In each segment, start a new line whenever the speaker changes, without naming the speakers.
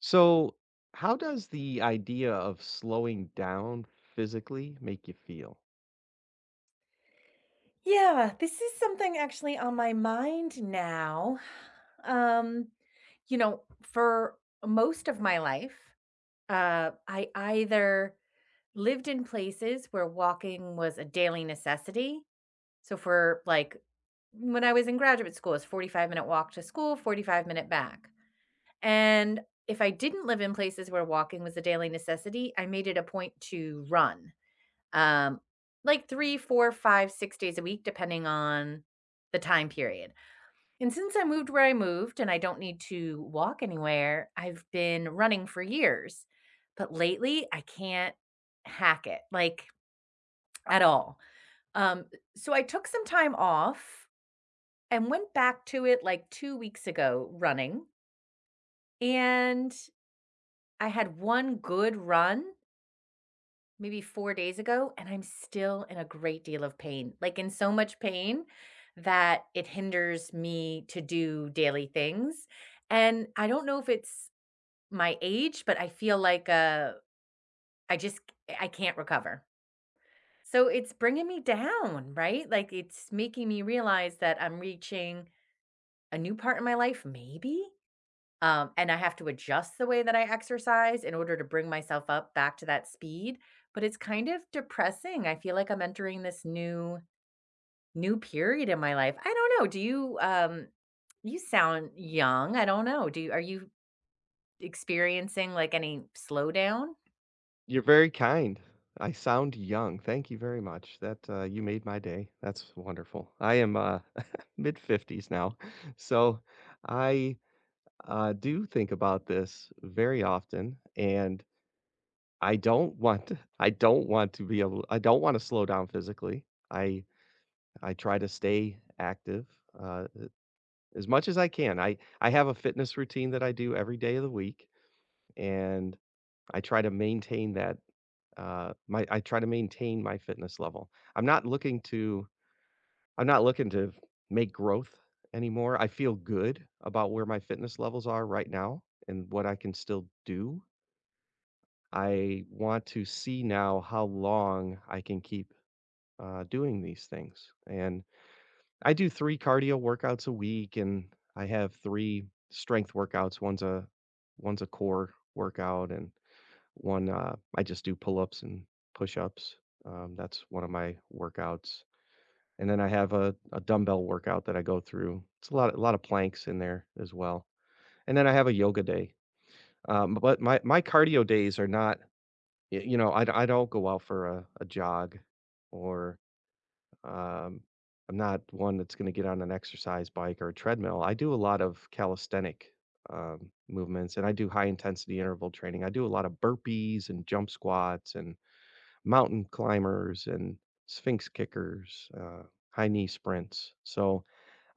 So, how does the idea of slowing down physically make you feel?
Yeah, this is something actually on my mind now. Um, for most of my life, I either lived in places where walking was a daily necessity. So for like when I was in graduate school, it's 45-minute walk to school, 45-minute back. And if I didn't live in places where walking was a daily necessity, I made it a point to run um, like 3, 4, 5, 6 days a week, depending on the time period. And since I moved where I moved and I don't need to walk anywhere, I've been running for years. But lately, I can't hack it, like, at all. Um, so I took some time off and went back to it like 2 weeks ago running, and I had one good run maybe 4 days ago, and I'm still in a great deal of pain, like, in so much pain that it hinders me to do daily things, and I don't know if it's my age, but I feel like, I just I can't recover. So it's bringing me down, right? Like, it's making me realize that I'm reaching a new part in my life, maybe? And I have to adjust the way that I exercise in order to bring myself up back to that speed, but it's kind of depressing. I feel like I'm entering this new period in my life. I don't know. Do you You sound young. I don't know. Do you Are you experiencing like any slowdown?
You're very kind. I sound young. Thank you very much. That you made my day. That's wonderful. I am mid 50s now. So, I do think about this very often, and I don't want to, I don't want to be able I don't want to slow down physically. I try to stay active. Uh, As much as I can. I have a fitness routine that I do every day of the week, and I try to maintain that, my I try to maintain my fitness level. I'm not looking to I'm not looking to make growth anymore. I feel good about where my fitness levels are right now and what I can still do. I want to see now how long I can keep, doing these things, and I do 3 cardio workouts a week, and I have 3 strength workouts. One's a core workout, and one, I just do pull-ups and push-ups. That's one of my workouts, and then I have a dumbbell workout that I go through. It's a lot of planks in there as well, and then I have a yoga day. But my cardio days are not y you know, I d I don't go out for a jog or um, I'm not one that's gonna get on an exercise bike or a treadmill. I do a lot of calisthenic movements, and I do high intensity interval training. I do a lot of burpees and jump squats and mountain climbers and sphinx kickers, high knee sprints. So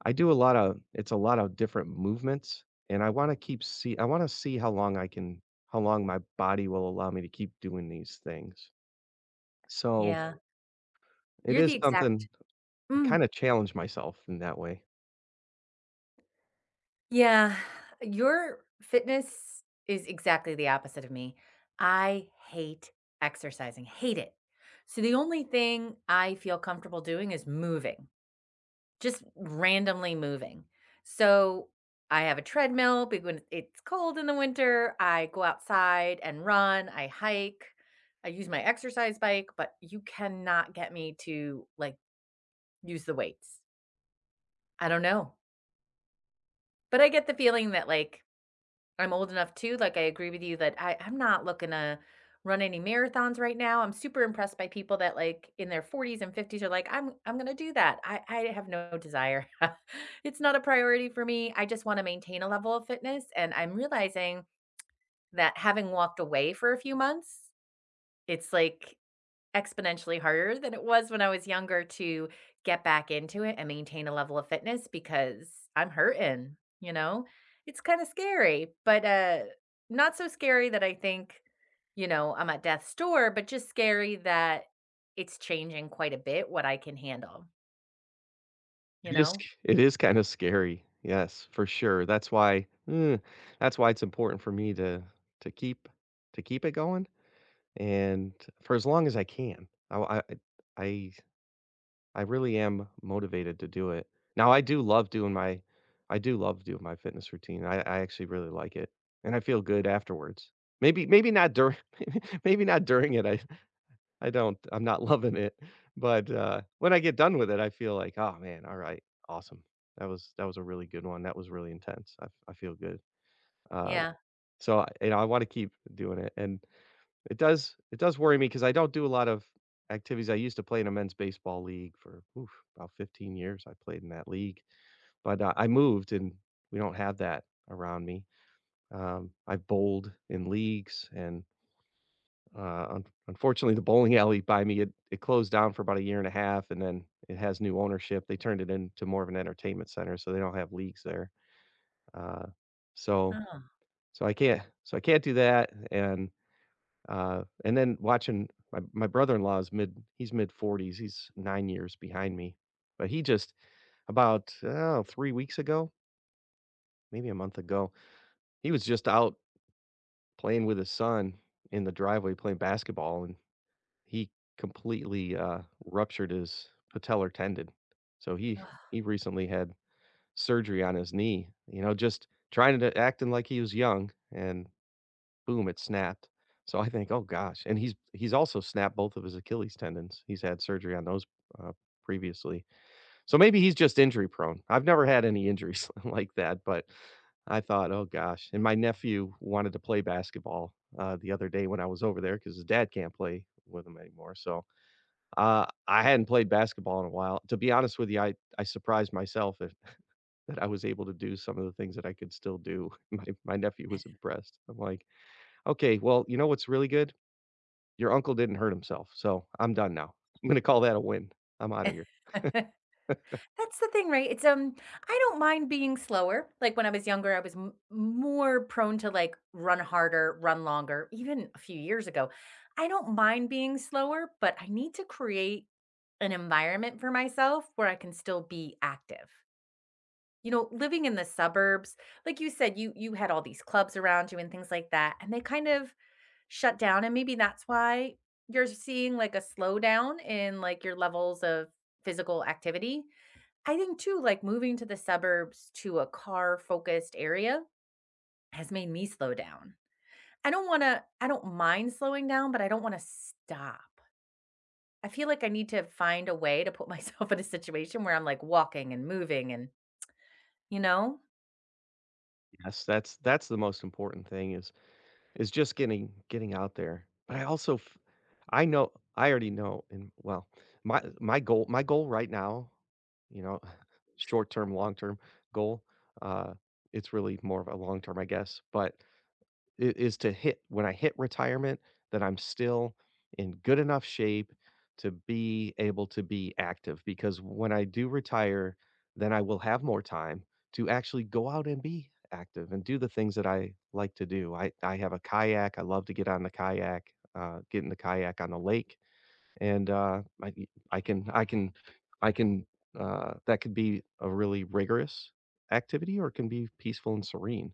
I do a lot of it's a lot of different movements, and I want to see how long I can how long my body will allow me to keep doing these things. So
Yeah.
it
You're the
is
exact
something I kind
Mm.
of challenge myself in that way.
Yeah, your fitness is exactly the opposite of me. I hate exercising, hate it. So the only thing I feel comfortable doing is moving, just randomly moving. So I have a treadmill big when it's cold in the winter. I go outside and run, I hike, I use my exercise bike, but you cannot get me to like use the weights. I don't know. But I get the feeling that like I'm old enough too, like, I agree with you that I'm not looking to run any marathons right now. I'm super impressed by people that, like, in their 40s and 50s are like, "I'm gonna do that." I have no desire. It's not a priority for me, I just wanna maintain a level of fitness, and I'm realizing that having walked away for a few months, it's like exponentially harder than it was when I was younger to get back into it and maintain a level of fitness because I'm hurting, you know? It's kind of scary, but not so scary that I think, you know, I'm at death's door, but just scary that it's changing quite a bit what I can handle, you
It is
know?
it is kinda scary. Yes, for sure. That's why it's important for me to keep to keep it going and for as long as I can. I I really am motivated to do it. Now I do love doing my I do love doing my fitness routine. I actually really like it, and I feel good afterwards. Maybe not during. Maybe not during it. I don't. I'm not loving it, but, when I get done with it, I feel like, "Oh, man, alright, awesome. That was a really good one. That was really intense. I feel good." Uh,
Yeah.
so I you know, I wanna keep doing it, and it does worry me because I don't do a lot of activities. I used to play in a men's baseball league for, oof, about 15 years I played in that league, but, I moved, and we don't have that around me. I've bowled in leagues, and un unfortunately, the bowling alley by me, it closed down for about a year and a half, and then it has new ownership. They turned it into more of an entertainment center, so they don't have leagues there. Uh, so
Oh.
so I can't do that, and then watching my my brother-in-law is mid he's mid-40s, he's 9 years behind me, but he just about, oh, 3 weeks ago, maybe a month ago, he was just out playing with his son in the driveway playing basketball, and he completely, ruptured his patellar tendon. So he
Ugh.
he recently had surgery on his knee, you know, just trying to acting like he was young, and boom, it snapped. So I think, "Oh gosh." And he's also snapped both of his Achilles tendons. He's had surgery on those, uh, previously. So maybe he's just injury prone. I've never had any injuries like that, but I thought, "Oh gosh." And my nephew wanted to play basketball, the other day when I was over there because his dad can't play with him anymore. So I hadn't played basketball in a while. To be honest with you, I surprised myself that that I was able to do some of the things that I could still do. My nephew was impressed. I'm like, "Okay, well, you know what's really good? Your uncle didn't hurt himself, so I'm done now. I'm gonna call that a win. I'm out of here."
That's the thing, right? It's I don't mind being slower. Like when I was younger, I was more prone to like run harder, run longer. Even a few years ago, I don't mind being slower, but I need to create an environment for myself where I can still be active. You know, living in the suburbs, like you said, you had all these clubs around you and things like that, and they kind of shut down, and maybe that's why you're seeing like a slowdown in like your levels of physical activity. I think too, like moving to the suburbs to a car focused area has made me slow down. I don't want to, I don't mind slowing down, but I don't want to stop. I feel like I need to find a way to put myself in a situation where I'm like walking and moving and, you know?
Yes, that's the most important thing is just getting out there. But I also f I know I already know and well, my goal right now, you know, short term, long term goal, uh, it's really more of a long term, I guess, but I is to hit when I hit retirement, that I'm still in good enough shape to be able to be active, because when I do retire, then I will have more time to actually go out and be active and do the things that I like to do. I have a kayak, I love to get on the kayak, get in the kayak on the lake, and, I e I can I can I can, that could be a really rigorous activity, or it can be peaceful and serene.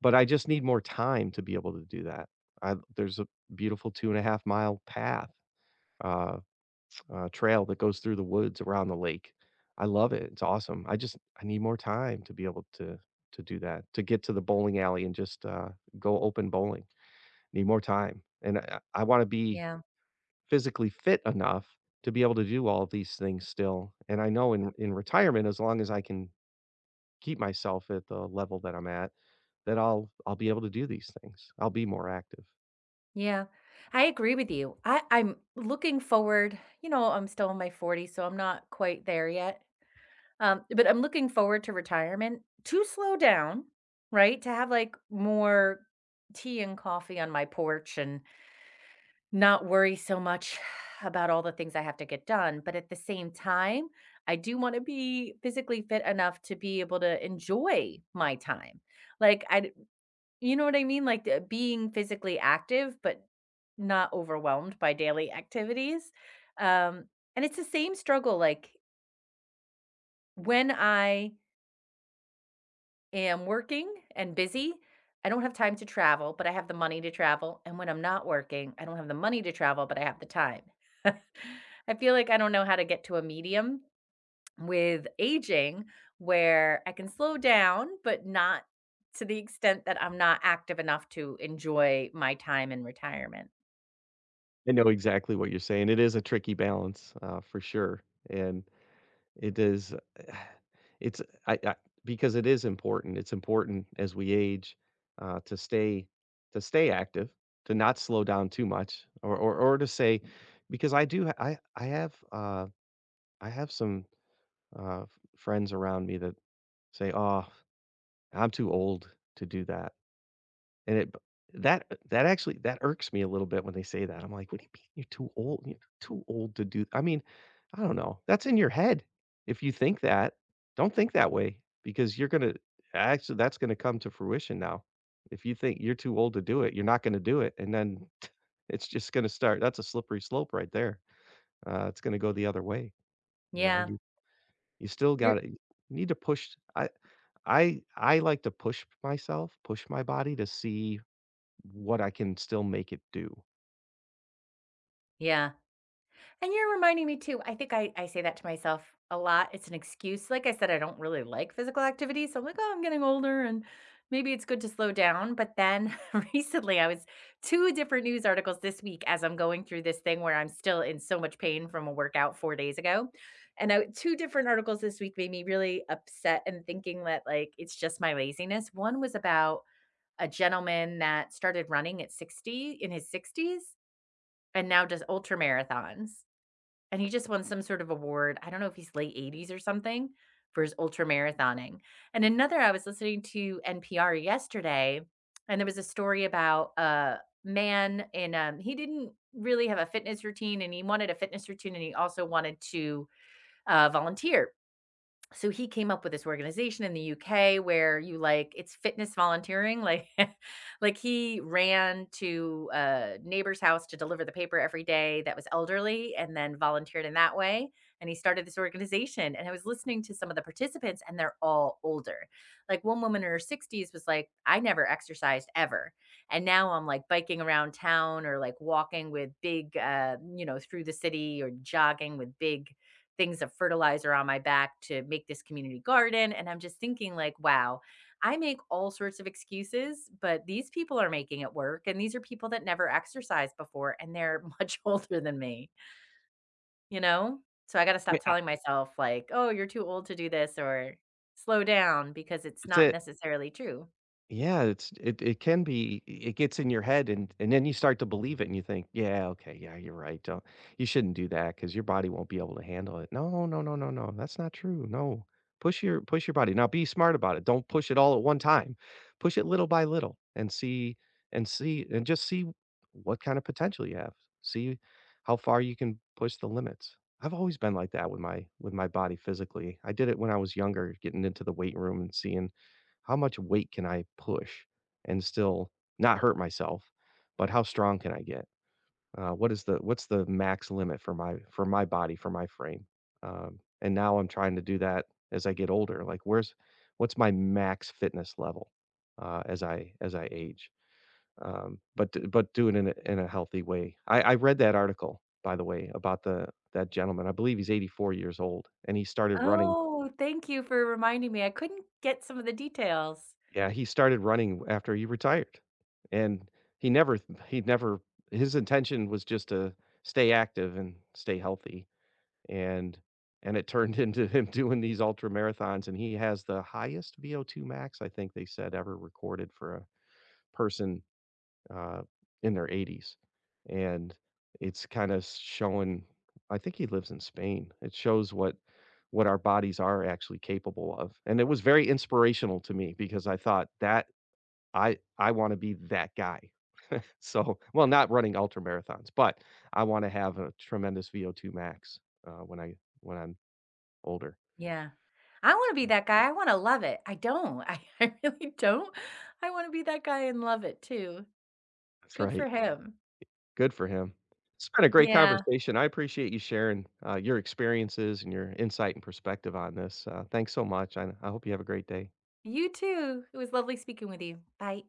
But I just need more time to be able to do that. I there's a beautiful 2.5-mile path, uh, trail that goes through the woods around the lake. I love it, it's awesome. I just I need more time to be able to do that, to get to the bowling alley, and just, go open bowling. Need more time, and I wanna be
Yeah.
physically fit enough to be able to do all of these things still, and I know in retirement, as long as I can keep myself at the level that I'm at, that I'll be able to do these things. I'll be more active.
Yeah. I agree with you. I, I'm looking forward, you know, I'm still in my 40s, so I'm not quite there yet. But I'm looking forward to retirement to slow down, right? To have like more tea and coffee on my porch and not worry so much about all the things I have to get done. But at the same time, I do want to be physically fit enough to be able to enjoy my time. Like I you know what I mean? Like being physically active but not overwhelmed by daily activities. Um, and it's the same struggle like when I am working and busy, I don't have time to travel, but I have the money to travel, and when I'm not working, I don't have the money to travel, but I have the time. I feel like I don't know how to get to a medium with aging where I can slow down, but not to the extent that I'm not active enough to enjoy my time in retirement.
I know exactly what you're saying. It is a tricky balance, for sure, and it is it's I because it is important. It's important as we age, uh, to stay to stay active, to not slow down too much, or to say because I have some, f friends around me that say, "Oh, I'm too old to do that." And it that that actually that irks me a little bit when they say that. I'm like, "What do you mean you're too old? You're too old to do?" I mean, I don't know. That's in your head. If you think that, don't think that way, because that's gonna come to fruition now. If you think you're too old to do it, you're not gonna do it, and then it's just gonna start that's a slippery slope right there. It's gonna go the other way, you know?
Yeah.
You still
You're
gotta need to push I I like to push myself, push my body to see what I can still make it do.
yeah. And you're reminding me too, I think I say that to myself a lot, it's an excuse, like I said, I don't really like physical activity, so I'm like, "Oh, I'm getting older, and maybe it's good to slow down," but then recently, I was 2 different news articles this week as I'm going through this thing where I'm still in so much pain from a workout 4 days ago, and I 2 different articles this week made me really upset and thinking that, like, it's just my laziness. One was about a gentleman that started running at 60 in his 60s and now does ultra marathons. And he just won some sort of award. I don't know if he's late 80s or something for his ultra marathoning. And another, I was listening to NPR yesterday, and there was a story about a man, and he didn't really have a fitness routine, and he wanted a fitness routine, and he also wanted to volunteer. So he came up with this organization in the UK where you like it's fitness volunteering like like he ran to a neighbor's house to deliver the paper every day that was elderly and then volunteered in that way and he started this organization and I was listening to some of the participants and they're all older. Like one woman in her 60s was like I never exercised ever and now I'm like biking around town or like walking with big you know through the city or jogging with big things of fertilizer on my back to make this community garden. And I'm just thinking, like, wow, I make all sorts of excuses, but these people are making it work. And these are people that never exercised before and they're much older than me, you know? So I got to stop
Yeah,
telling myself, like, oh, you're too old to do this or slow down because it's
that's
not
it.
necessarily true.
Yeah, it's it can be it gets in your head, and then you start to believe it and you think, "Yeah, okay, yeah, you're right. Don't You shouldn't do that, not do that because your body won't be able to handle it." No, no, no, no, no. That's not true. No. Push your body. Now be smart about it. Don't push it all at one time. Push it little by little, and see and see and just see what kind of potential you have. See how far you can push the limits. I've always been like that with my body physically. I did it when I was younger, getting into the weight room and seeing how much weight can I push and still not hurt myself, but how strong can I get? What's the max limit for my body, for my frame? And now I'm trying to do that as I get older. Like, where's what's my max fitness level, as I age? But do it in in a healthy way. I read that article by the way about the that gentleman. I believe he's 84 years old, and he started running.
Oh, thank you for reminding me. I couldn't get some of the details.
Yeah, he started running after he retired, and he never he never— his intention was just to stay active and stay healthy, and and it turned into him doing these ultra marathons, and he has the highest VO2 max, I think they said, ever recorded for a person, uh, in their 80s, and it's kinda showing I think he lives in Spain. It shows what our bodies are actually capable of, and it was very inspirational to me because I thought that I wanna be that guy. So well, not running ultra marathons, but I wanna have a tremendous VO2 max, when I when I'm older.
Yeah. I wanna be that guy, I wanna love it. I don't. I I really don't. I wanna be that guy and love it too.
That's
Good for
right.
him.
Good for him. It's been a great
Yeah.
conversation. I appreciate you sharing, your experiences and your insight and perspective on this. Thanks so much, and I hope you have a great day.
You too. It was lovely speaking with you. Bye.